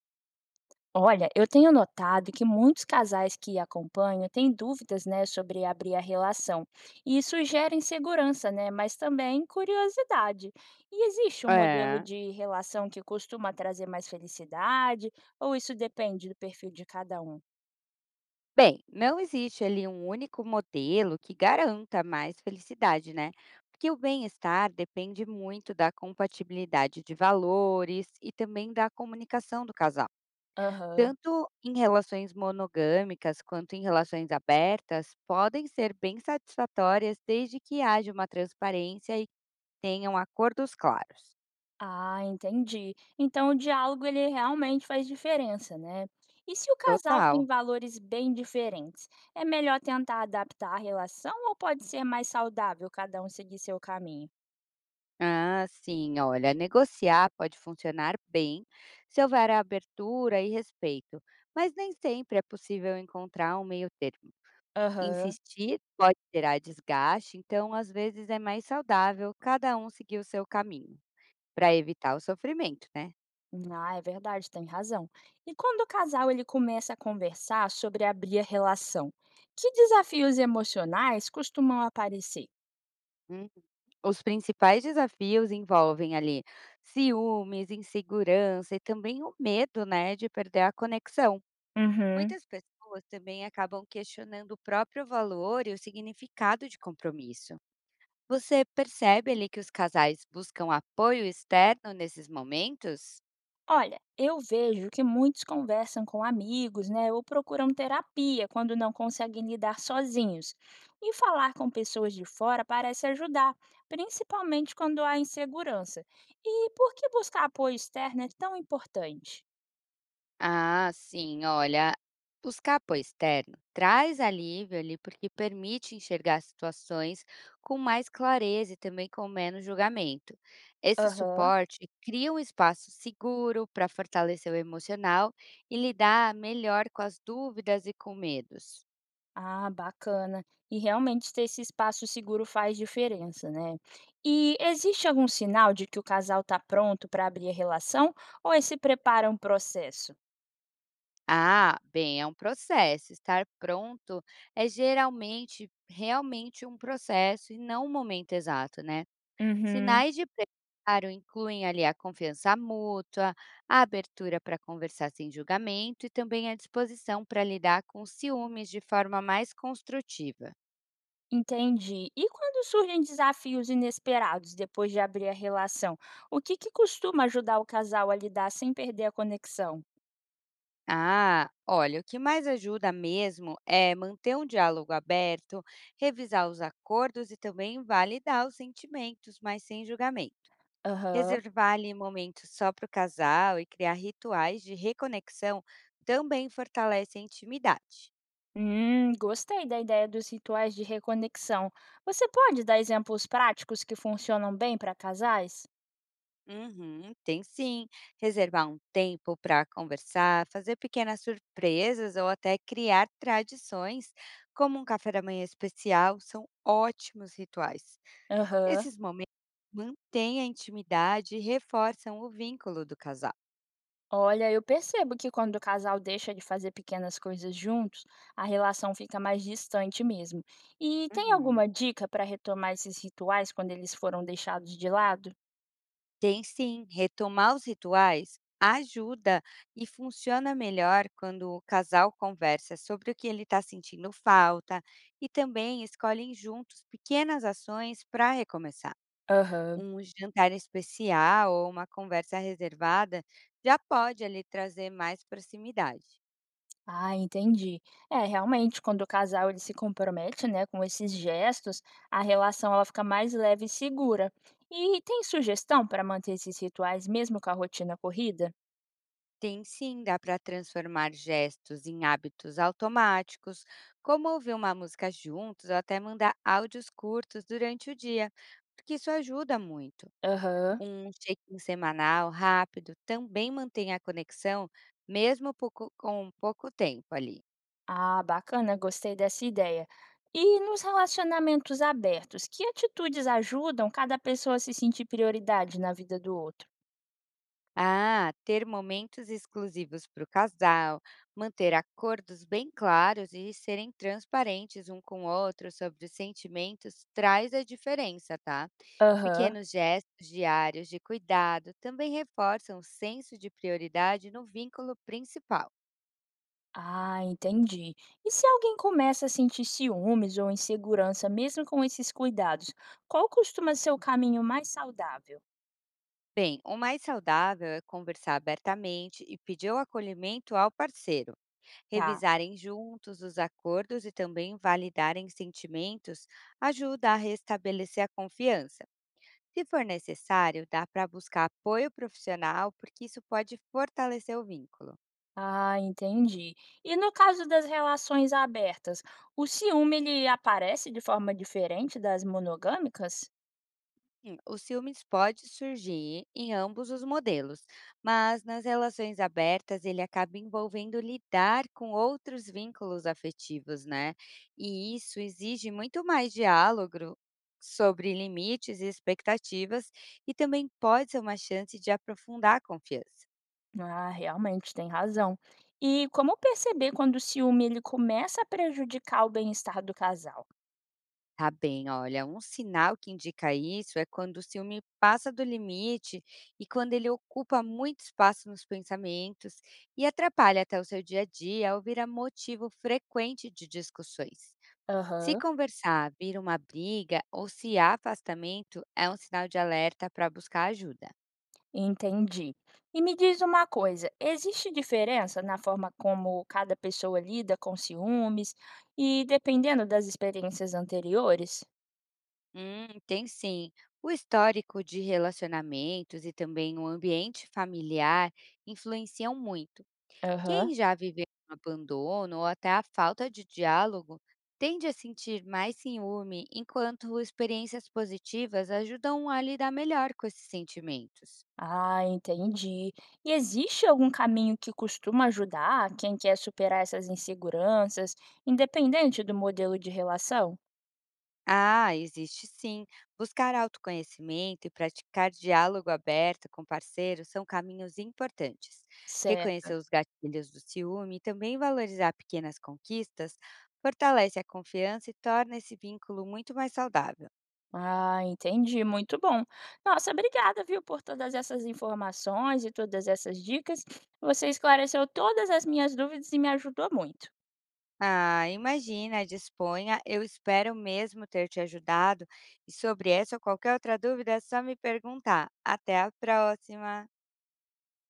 Olha, eu tenho notado que muitos casais que acompanham têm dúvidas, né, sobre abrir a relação. E isso gera insegurança, né, mas também curiosidade. E existe um modelo É. de relação que costuma trazer mais felicidade, ou isso depende do perfil de cada um? Bem, não existe ali um único modelo que garanta mais felicidade, né? Porque o bem-estar depende muito da compatibilidade de valores e também da comunicação do casal. Aham. Tanto em relações monogâmicas quanto em relações abertas, podem ser bem satisfatórias desde que haja uma transparência e tenham acordos claros. Ah, entendi. Então o diálogo ele realmente faz diferença, né? E se o casal Total. tem valores bem diferentes, é melhor tentar adaptar a relação ou pode ser mais saudável cada um seguir seu caminho? Ah, sim, olha, negociar pode funcionar bem se houver abertura e respeito, mas nem sempre é possível encontrar um meio termo. Aham. Insistir pode gerar desgaste, então às vezes é mais saudável cada um seguir o seu caminho, para evitar o sofrimento, né? Ah, é verdade, tem razão. E quando o casal ele começa a conversar sobre abrir a relação, que desafios emocionais costumam aparecer? Hum. Os principais desafios envolvem ali ciúmes, insegurança e também o medo, né, de perder a conexão. Uhum. Muitas pessoas também acabam questionando o próprio valor e o significado de compromisso. Você percebe ali que os casais buscam apoio externo nesses momentos? Olha, eu vejo que muitos conversam com amigos, né, ou procuram terapia quando não conseguem lidar sozinhos. E falar com pessoas de fora parece ajudar, principalmente quando há insegurança. E por que buscar apoio externo é tão importante? Ah, sim, olha, buscar apoio externo traz alívio ali porque permite enxergar situações com mais clareza e também com menos julgamento. Esse Aham. suporte cria um espaço seguro para fortalecer o emocional e lidar melhor com as dúvidas e com medos. Ah, bacana. E realmente ter esse espaço seguro faz diferença, né? E existe algum sinal de que o casal está pronto para abrir a relação ou esse prepara um processo? Ah, bem, é um processo. Estar pronto é geralmente realmente um processo e não um momento exato, né? Uhum. Sinais de preparo incluem ali a confiança mútua, a abertura para conversar sem julgamento e também a disposição para lidar com ciúmes de forma mais construtiva. Entendi. E quando surgem desafios inesperados depois de abrir a relação, o que que costuma ajudar o casal a lidar sem perder a conexão? Ah, olha, o que mais ajuda mesmo é manter um diálogo aberto, revisar os acordos e também validar os sentimentos, mas sem julgamento. Aham. Reservar ali momentos só para o casal e criar rituais de reconexão também fortalece a intimidade. Gostei da ideia dos rituais de reconexão. Você pode dar exemplos práticos que funcionam bem para casais? Uhum, tem sim. Reservar um tempo para conversar, fazer pequenas surpresas ou até criar tradições, como um café da manhã especial, são ótimos rituais. Aham. Esses momentos mantêm a intimidade e reforçam o vínculo do casal. Olha, eu percebo que quando o casal deixa de fazer pequenas coisas juntos, a relação fica mais distante mesmo. E tem Uhum. alguma dica para retomar esses rituais quando eles foram deixados de lado? Tem sim, retomar os rituais ajuda e funciona melhor quando o casal conversa sobre o que ele está sentindo falta e também escolhem juntos pequenas ações para recomeçar. Aham. Um jantar especial ou uma conversa reservada já pode ali trazer mais proximidade. Ah, entendi. É, realmente, quando o casal ele se compromete, né, com esses gestos, a relação ela fica mais leve e segura. E tem sugestão para manter esses rituais mesmo com a rotina corrida? Tem sim, dá para transformar gestos em hábitos automáticos, como ouvir uma música juntos ou até mandar áudios curtos durante o dia, porque isso ajuda muito. Aham. Um check-in semanal rápido também mantém a conexão, mesmo com pouco tempo ali. Ah, bacana, gostei dessa ideia. E nos relacionamentos abertos, que atitudes ajudam cada pessoa a se sentir prioridade na vida do outro? Ah, ter momentos exclusivos para o casal, manter acordos bem claros e serem transparentes um com o outro sobre os sentimentos traz a diferença, tá? Aham. Pequenos gestos diários de cuidado também reforçam o senso de prioridade no vínculo principal. Ah, entendi. E se alguém começa a sentir ciúmes ou insegurança, mesmo com esses cuidados, qual costuma ser o caminho mais saudável? Bem, o mais saudável é conversar abertamente e pedir o acolhimento ao parceiro, Tá. revisarem juntos os acordos e também validarem sentimentos ajuda a restabelecer a confiança. Se for necessário, dá para buscar apoio profissional, porque isso pode fortalecer o vínculo. Ah, entendi. E no caso das relações abertas, o ciúme ele aparece de forma diferente das monogâmicas? Sim, o ciúmes pode surgir em ambos os modelos, mas nas relações abertas ele acaba envolvendo lidar com outros vínculos afetivos, né? E isso exige muito mais diálogo sobre limites e expectativas, e também pode ser uma chance de aprofundar a confiança. Ah, realmente tem razão. E como perceber quando o ciúme ele começa a prejudicar o bem-estar do casal? Tá bem, olha, um sinal que indica isso é quando o ciúme passa do limite e quando ele ocupa muito espaço nos pensamentos e atrapalha até o seu dia a dia ou vira motivo frequente de discussões. Se Aham. conversar vira uma briga ou se há afastamento, é um sinal de alerta para buscar ajuda. Entendi. E me diz uma coisa, existe diferença na forma como cada pessoa lida com ciúmes e dependendo das experiências anteriores? Tem sim. O histórico de relacionamentos e também o ambiente familiar influenciam muito. Aham. Quem já viveu um abandono ou até a falta de diálogo tende a sentir mais ciúme, enquanto experiências positivas ajudam a lidar melhor com esses sentimentos. Ah, entendi. E existe algum caminho que costuma ajudar quem quer superar essas inseguranças, independente do modelo de relação? Ah, existe sim. Buscar autoconhecimento e praticar diálogo aberto com parceiros são caminhos importantes. Reconhecer Certo. os gatilhos do ciúme e também valorizar pequenas conquistas fortalece a confiança e torna esse vínculo muito mais saudável. Ah, entendi, muito bom. Nossa, obrigada, viu, por todas essas informações e todas essas dicas. Você esclareceu todas as minhas dúvidas e me ajudou muito. Ah, imagina, disponha. Eu espero mesmo ter te ajudado. E sobre essa ou qualquer outra dúvida, é só me perguntar. Até a próxima!